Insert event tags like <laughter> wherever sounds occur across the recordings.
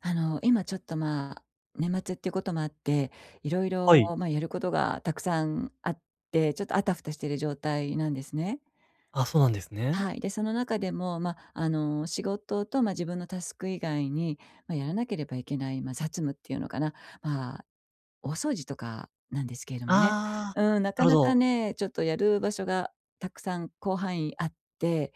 今ちょっと、年末っていうこともあって、いろいろはい。やることがたくさんあって、ちょっとあたふたしている状態なんですね。あ、そうなんですね。はい。で、その中でも、仕事と、自分のタスク以外に、やらなければいけない、雑務っていうのかな、まあ、お掃除とかなんですけれどもね。ああ、うん、ななかるほなかど。ね、ちょっとやる場所がたくさん広範囲あって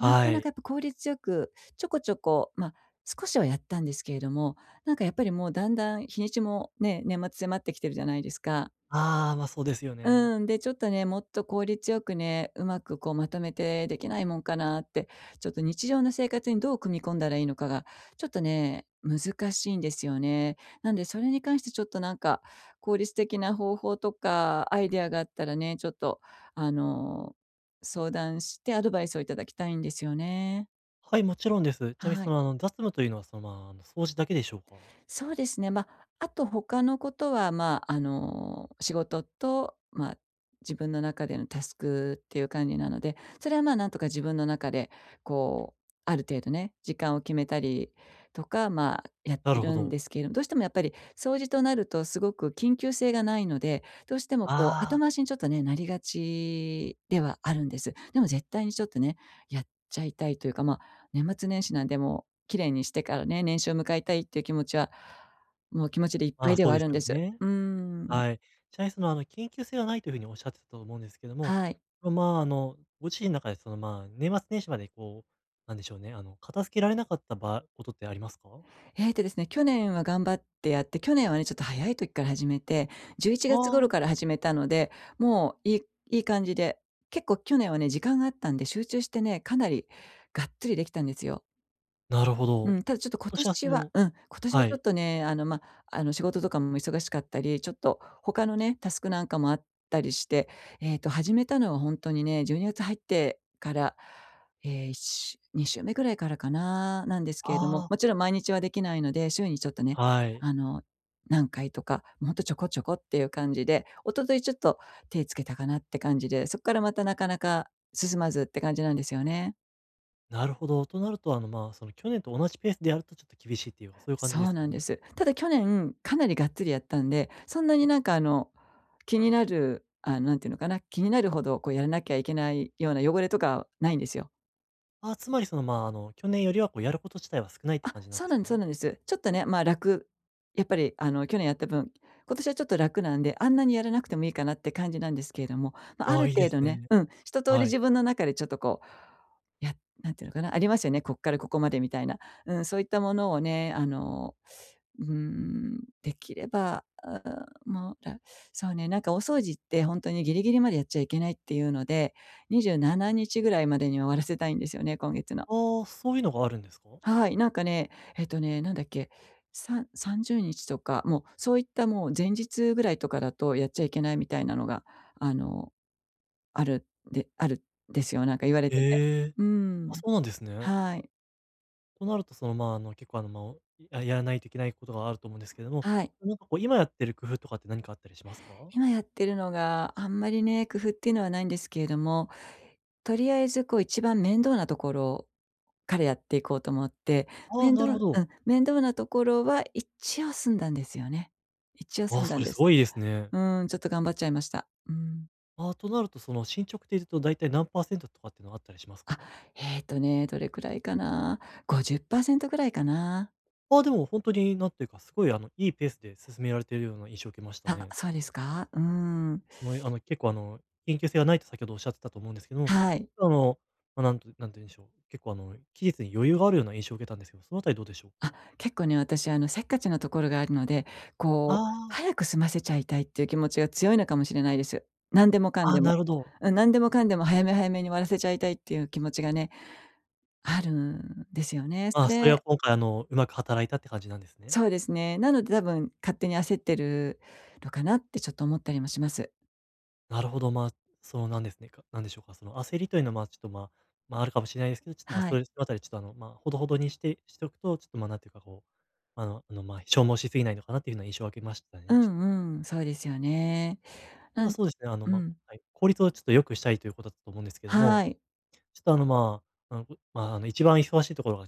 なかない。かやっぱ効率よく、ちょこちょこ、少しはやったんですけれども、なんかやっぱりもうだんだん日にちもね、年末迫ってきてるじゃないですか。ああ、そうですよね。うん、で、ちょっとね、もっと効率よくね、うまくこうまとめてできないもんかなって、ちょっと日常の生活にどう組み込んだらいいのかが、ちょっとね、難しいんですよね。なんでそれに関してちょっとなんか、効率的な方法とかアイデアがあったらね、ちょっとあの、相談してアドバイスをいただきたいんですよね。はい、もちろんです。ちなみにはい。雑務というのは、掃除だけでしょうか？そうですね。あと他のことは、仕事と、自分の中でのタスクっていう感じなので、それは、なんとか自分の中で、こう、ある程度ね、時間を決めたりとか、やっなてるほるんど。ですけれども、どうしてもやっぱり掃除となるとすごく緊急性がないので、どうしても、こう、後あ回しにちょっとね、なりがちではあるんです。でも絶対にちょっとね、やっちゃいたいというか、年末年始なんでもう綺麗にしてからね、年始を迎えたいっていう気持ちは、もう気持ちでいっあ、ぱあいあ、でそはうあでするんよです。ね。うーん。はい。ちなみに緊急性はないというふうにおっしゃってたと思うんですけども、はい。まあ、まあの、ご自身の中で年末年始までこう、なんでしょうね、片付けられなかったとってありますか？ええとですね、去年は頑張ってやって、去年はね、ちょっと早い時から始めて、11あ月あ頃ー、から始めたので、もういい感じで、結構去年はね、時間があったんで、集中してね、かなりがっつりできたんですよ。なるほうど。ん、ただちょっと今年はその今年ははちょっい。とね、あの、ま、あの、仕事とかも忙しかったり、ちょっと他のね、タスクなんかもあったりして、えっと、始めたのはほんとにね、12月入ってから、2週目ぐらいからかな、なんですけれども、ああ、もちろん毎日はできないので、週にちょっとね、はい。あの、何回とか、もうほんとちょこちょこっていう感じで、一昨日ちょっと手つけたかなって感じで、そっからまたなかなか進まずって感じなんですよね。なるほど。となると、その去年と同じペースでやるとちょっと厳しいっていうか、そういう感じでそうすかなんでね。す。ただ去年かなりがっつりやったんで、そんなになんかあの、気になる、あ、なんていうのかな、気になるほどこうやらなきゃいけないような汚れとかはないんですよ。あ、つまり去年よりはこうやること自体は少ないってあ、感じなんそうですなんかですそうね。なんです。ちょっとね、やっぱりあの、去年やった分、今年はちょっと楽なんで、あんなにやらなくてもいいかなって感じなんですけれども、ああるあ、いいで程す度ね、ね。うん、一通りはい。自分の中でちょっとこう、やなんていうのかな、ありますよね、こっからここまでみたいな。うん、そういったものをね、うん、できれば、あーもう、らそうね、なんかお掃除って本当にギリギリまでやっちゃいけないっていうので、27日ぐらいまでには終わらせたいんですよね、今月の。ああ、そういうのがあるんですか？はい、なんかね、えっとね、なんだっけ、30日とか、もうそういったもう前日ぐらいとかだとやっちゃいけないみたいなのが、あの、あるであるんですよ、なんか言われてて。ええ。うあ、ん、そうなんですね。はい。となると、結構、やらないといけないことがあると思うんですけども、はい。なんかこう今やってる工夫とかって何かあったりしますか？今やってるのが、あんまりね、工夫っていうのはないんですけれども、とりあえずこう一番面倒なところからやっていこうと思って、ああ、面な倒るうほん、ど。面倒なところは一応済んだんですよね。一応あ済あ、んだそんれですす。ごいですね。うん、ちょっと頑張っちゃいました。うん。ああ、となると、その進捗で言うとだいたい何パーセントとかっていうのはあったりしますか？あ、えっとね、どれくらいかな。50%ぐらいかな。ああ、でも本当になんていうか、すごいいいペースで進められているような印象を受けましたあ、ね。ちそうでょっと、すか？うーん。もう、あの、結構緊急性がないと先ほどおっしゃってたと思うんですけども、はい。あの、なんなんて言うんでしょう、結構期日に余裕があるような印象を受けたんですけど、そのあたりどうでしょうか？あ、結構ね、私、せっかちなところがあるので、こう、ああ、早く済ませちゃいたいっていう気持ちが強いのかもしれないです。何でもかんああ、でなも。るほど。うん、何でもかんでも早め早めに終わらせちゃいたいっていう気持ちがね、あるんですよね。まあ、それは今回うまく働いたって感じなんですね。そうですね。なので多分勝手に焦ってるのかなってちょっと思ったりもします。なるほど、まあ、なんでしょうか、その焦りというのは、まあ、ちょっと、まあ、まあ、あるかもしれないですけど、ちょっと、まあ、はそい。れそのあたりちょっと、ほどほどにしておくと、ちょっと、まあ、なんていうか、こう、消耗しすぎないのかなっていうような印象を受けましたうね、ちょっと。んうん、そうですよね。たなだんそうですね、うん。はい、効率をちょっと良くしたいということだと思うんですけどもはい。ちょっとあの、まあ、あの、まあ、あの、一番忙しいところが、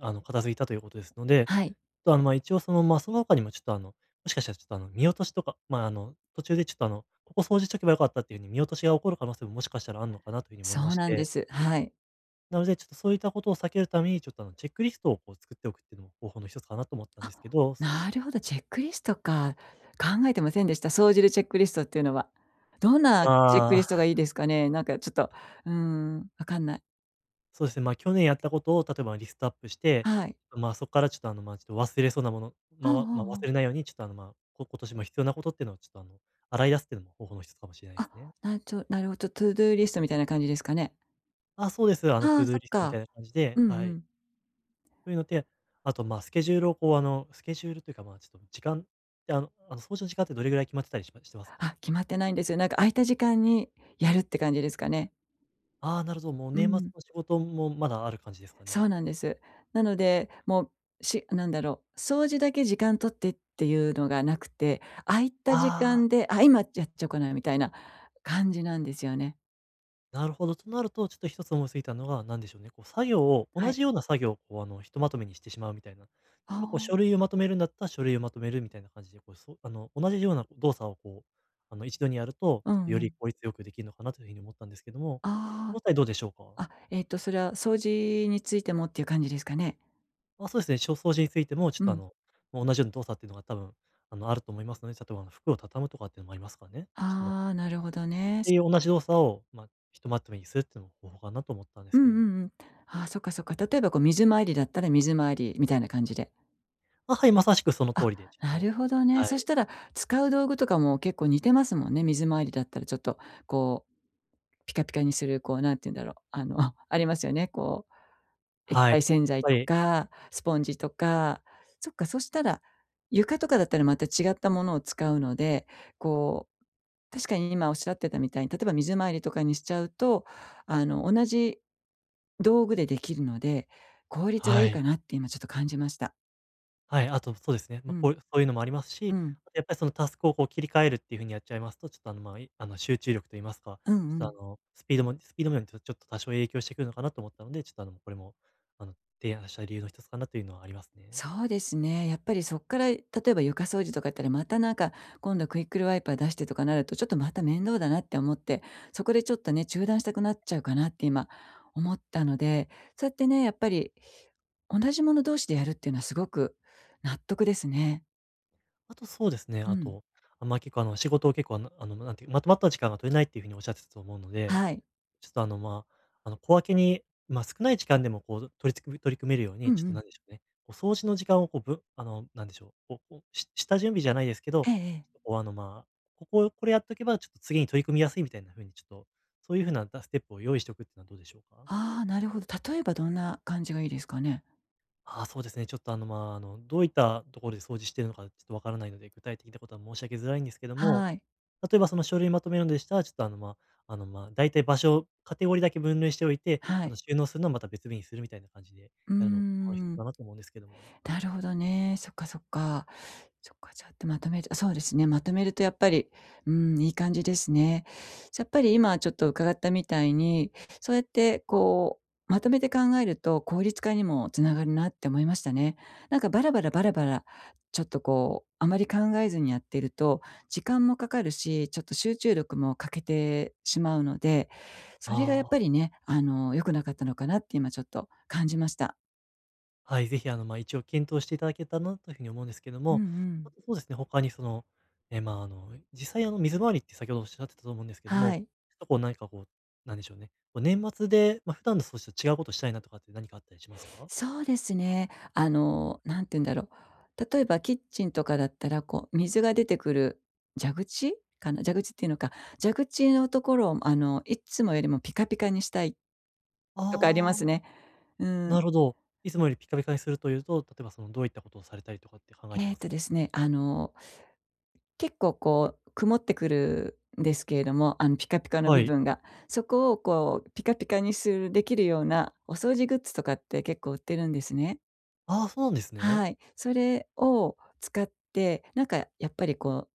片付いたということですので、ちょはい。っとあの、まあ、一応その、その他にもちょっとあの、もしかしたらちょっとあの、見落としとか、途中でちょっとあの、ここ掃除しとけばよかったっていうふうに見落としが起こる可能性ももしかしたらあるのかなというふうに思いまそうしなんでて、す。はい。なのでちょっとそういったことを避けるために、ちょっとあの、チェックリストをこう作っておくっていうのも方法の一つかなと思ったんであ、すけど。なるほど、チェックリストか。考えてませんでした。総じるチェックリストっていうのは。どんなチェックリスあトあ。がいいですかね？なんかちょっと、うーん、わかんない。そうですね、まあ、去年やったことを例えばリストアップして、はい。まあ、そこからちょっと忘れそうなもの、うまあんわまあ、うん忘うん。れないようにちょっとあの、まあ、こ <laughs> 今年も必要なことっていうのをちょっとあの、洗い出すっていうのも方法の一つかもしれないであ、すね。なちょなるほど、トゥードゥーリストみたいな感じですかね？あ、そうです。あトゥあ、ードゥそーっリストみか。たいな感じで、うんはうい。ん。そういうので、あと、まあ、スケジュールというか、まあ、ちょっと時間って掃除の時間ってどれぐらい決まってたりしますか？あ、決まってないんですよ。なんか空いた時間にやるって感じですかね？ああー、なるほど、もうう年末ん。の仕事もまだある感じですかそね。うなんです。なので、もう、しなんだろう、掃除だけ時間取ってっていうのがなくて、空いた時あ間あ。で、あ、今やっちゃおうかなみたいな感じなんですよね。なるほど。となると、ちょっと一つ思いついたのが、なんでしょうね、こう作業を、は同い。じような作業をこう、ひとまとめにしてしまうみたいな。例あえばこうあ、書類をまとめるんだったら、書類をまとめるみたいな感じで、同じような動作をこう、一度にやると、うちょっんとようりん。効率よくできるのかなというふうに思ったんですけども、あその際たどうでしょうか？あ、あ、えっとそれは掃除についてもっていう感じですかね？まあ、そうですね、小掃除についても、ちょっうとあん。の、もう同じような動作っていうのが多分、あると思いますので、例えば服を畳むとかっていうのもありますからね。ちょっと、まあ、ああ、なるほどっね。ていう同じ動作を、まあ、ひとまとめにするっていうのも方法かなと思ったんでうんすうんけども。うん。ああ、そっかそっか。例えばこう水回りだったら水回りみたいな感じで。あ、はい、まさしくそのあ、通りで、ちょっなとるほどね。はそしい、たら、使う道具とかも結構似てますもんね。水回りだったらちょっとこう、ピカピカにする、こう、なんて言うんだろう、<laughs>、ありますよね。こう、液は体い。洗やっ剤ぱとりか、スポンジとか。そっか、そしたら、床とかだったらまた違ったものを使うので、こう、確かに今おっしゃってたみたいに、例えば水回りとかにしちゃうと、同じ道具でできるので、効率がいはいい、かなって今ちょっと感じました。はい、あとそうですね、うん、そういうのもありますうし、ん。あとやっぱりそのタスクをこう切り替えるっていう風にやっちゃいますと、ちょっとあの、ま、い集中力と言いますか、うちんうょっとん。あの、スピード面とちょっと多少影響してくるのかなと思ったので、ちょっとあの、これもあの、提案した理由の一つかなというのはありますね。そうですね。やっぱりそっから、例えば床掃除とかやったら、またなんか、今度クイックルワイパー出してとかなると、ちょっとまた面倒だなって思って、そこでちょっとね、中断したくなっちゃうかなって今思ったので、そうやってね、やっぱり同じもの同士でやるっていうのはすごく納得ですね。あとそうですね、うあん。と、結構仕事を結構あのあの、なんていう、まとまった時間が取れないっていう風におっしゃってたと思うのではい。ちょっとあの、まあ、あの、小分けに、まあ、少ない時間でもこう取り組めるよううんに、うちょっとなん。んでしょうね、こう掃除の時間をこう、ぶあの、なんでしょう、こうこう、し下準備じゃないですけど、ええええ。ちょっとこうあの、まあ、こここれやっとけば、ちょっと次に取り組みやすいみたいな風にちょっと、そういう風なステップを用意しておくっていうのはどうでしょうか？ああ、なるほど。例えばどんな感じがいいですかね？ああ、そうですね。ちょっとあの、まあ、あの、どういったところで掃除してるのか、ちょっとわからないので、具体的なことは申し上げづらいんですけども、はい。例えばその書類まとめるのでしたら、ちょっとあの、まあ、あの、まあ、大体場所をカテゴリーだけ分類しておいて、はい。収納するのはまた別日にするみたいな感じでうーやるのが一つん。だなと思うんですけども。なるほどね。そっかそっか。そっか、ちょっとまとめるそうですね、まとめるとやっぱり、うん、いい感じですね。やっぱり今ちょっと伺ったみたいに、そうやってこう、まとめて考えると効率化にもつながるなって思いましたね。なんかバラバラバラバラ、ちょっとこう、あまり考えずにやっていると、時間もかかるし、ちょっと集中力も欠けてしまうので、それがやっあぱあ。りね、良くなかったのかなって今ちょっと感じました。はい、ぜひ、一応検討していただけたらなというふうに思うんですけどうんうも、あん。とそうですね、他にその、え、まあ、あの、実際水回りって先ほどおっしゃってたと思うんですけどはも、い。ちょっとこう何かこう、なんでしょうね、こう年末で、まあ、普段の掃除と違うことしたいなとかって何かあったりしますか？そうですね。何て言うんだろう。例えばキッチンとかだったら、こう、水が出てくる蛇口かな？蛇口っていうのか、蛇口のところを、いつもよりもピカピカにしたいとかありまああすー。ね。うん。なるほど。いつもよりピカピカにするというと、例えばそのどういったことをされたりとかって考えてえっますとか？ですね、結構こう曇ってくるんですけれども、ピカピカのは部い。分が。そこをこうピカピカにするできるようなお掃除グッズとかって結構売ってるんですね。ああ、そうなんですね。はい。それを使って、なんかやっぱりこ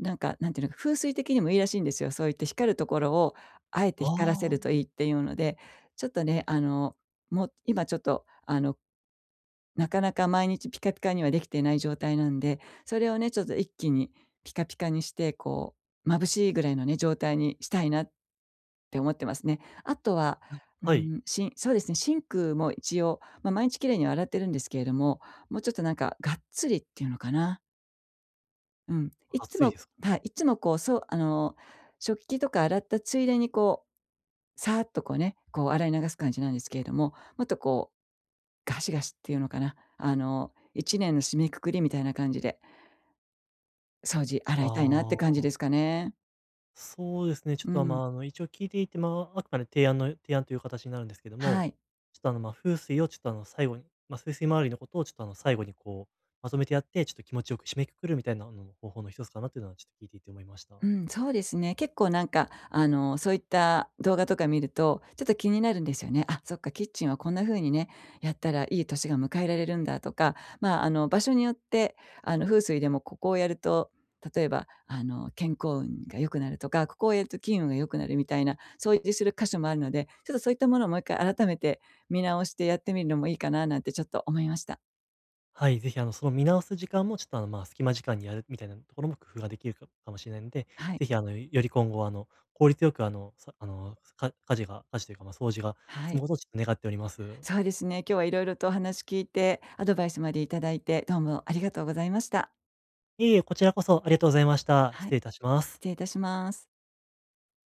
うなんか、なんていうのか、風水的にもいいらしいんですよ。そういった光るところをあえてあ光らせるあ。といいっていうので、ちょっとね、もう今ちょっと、なかなか毎日ピカピカにはできていない状態なんで、それをね、ちょっと一気にピカピカにして、こう、眩しいぐらいのね、状態にしたいなって思ってますね。あとは、うはい。ん、そうですね、シンクも一応、まあ、毎日きれいには洗ってるんですけれども、もうちょっとなんかがっつりっていうのかな、うん。いっがっつつりも、ですか？はい、いつもこう、そう食器とか洗ったついでにこう、さーっとこうね、こう洗い流す感じなんですけれども、もっとこう、ガシガシっていうのかな、1年の締めくくりみたいな感じで、掃除、洗いたいなってあ感じあ。ですかね。そうですね、ちょっうと、まん。あ、あの、一応聞いていて、まあ、あくまで提案という形になるんですけどはも、い。ちょっと、あの、まあ、風水をちょっと、あの、最後に、まあ、風水周りのことをちょっと、あの、最後にこう、まとめてやって、ちょっと気持ちよく締めくくるみたいな、方法の一つかなというのはちょっと聞いていて思いました。うん、そうですね。結構なんか、そういった動画とか見ると、ちょっと気になるんですよね。あ、そっか、キッチンはこんな風にね、やったらいい年が迎えられるんだとか、まあ、場所によって、風水でもここをやると、例えば、健康運が良くなるとか、ここをやると金運が良くなるみたいな、掃除する箇所もあるので、ちょっとそういったものをもう一回改めて見直してやってみるのもいいかななんてちょっと思いました。はい、ぜひ、その見直す時間もちょっと、隙間時間にやるみたいなところも工夫ができるかもしれないので、はい。ぜひ、あの、より今後は、あの、効率よく、あの、さあの、か家事というか、まあ、掃除がは済い。むことをちょっと願っております。そうですね。今日はいろいろとお話聞いて、アドバイスまでいただいて、どうもありがとうございました。いえいえ、こちらこそありがとうございました。は失い、礼いたします。失礼いたします。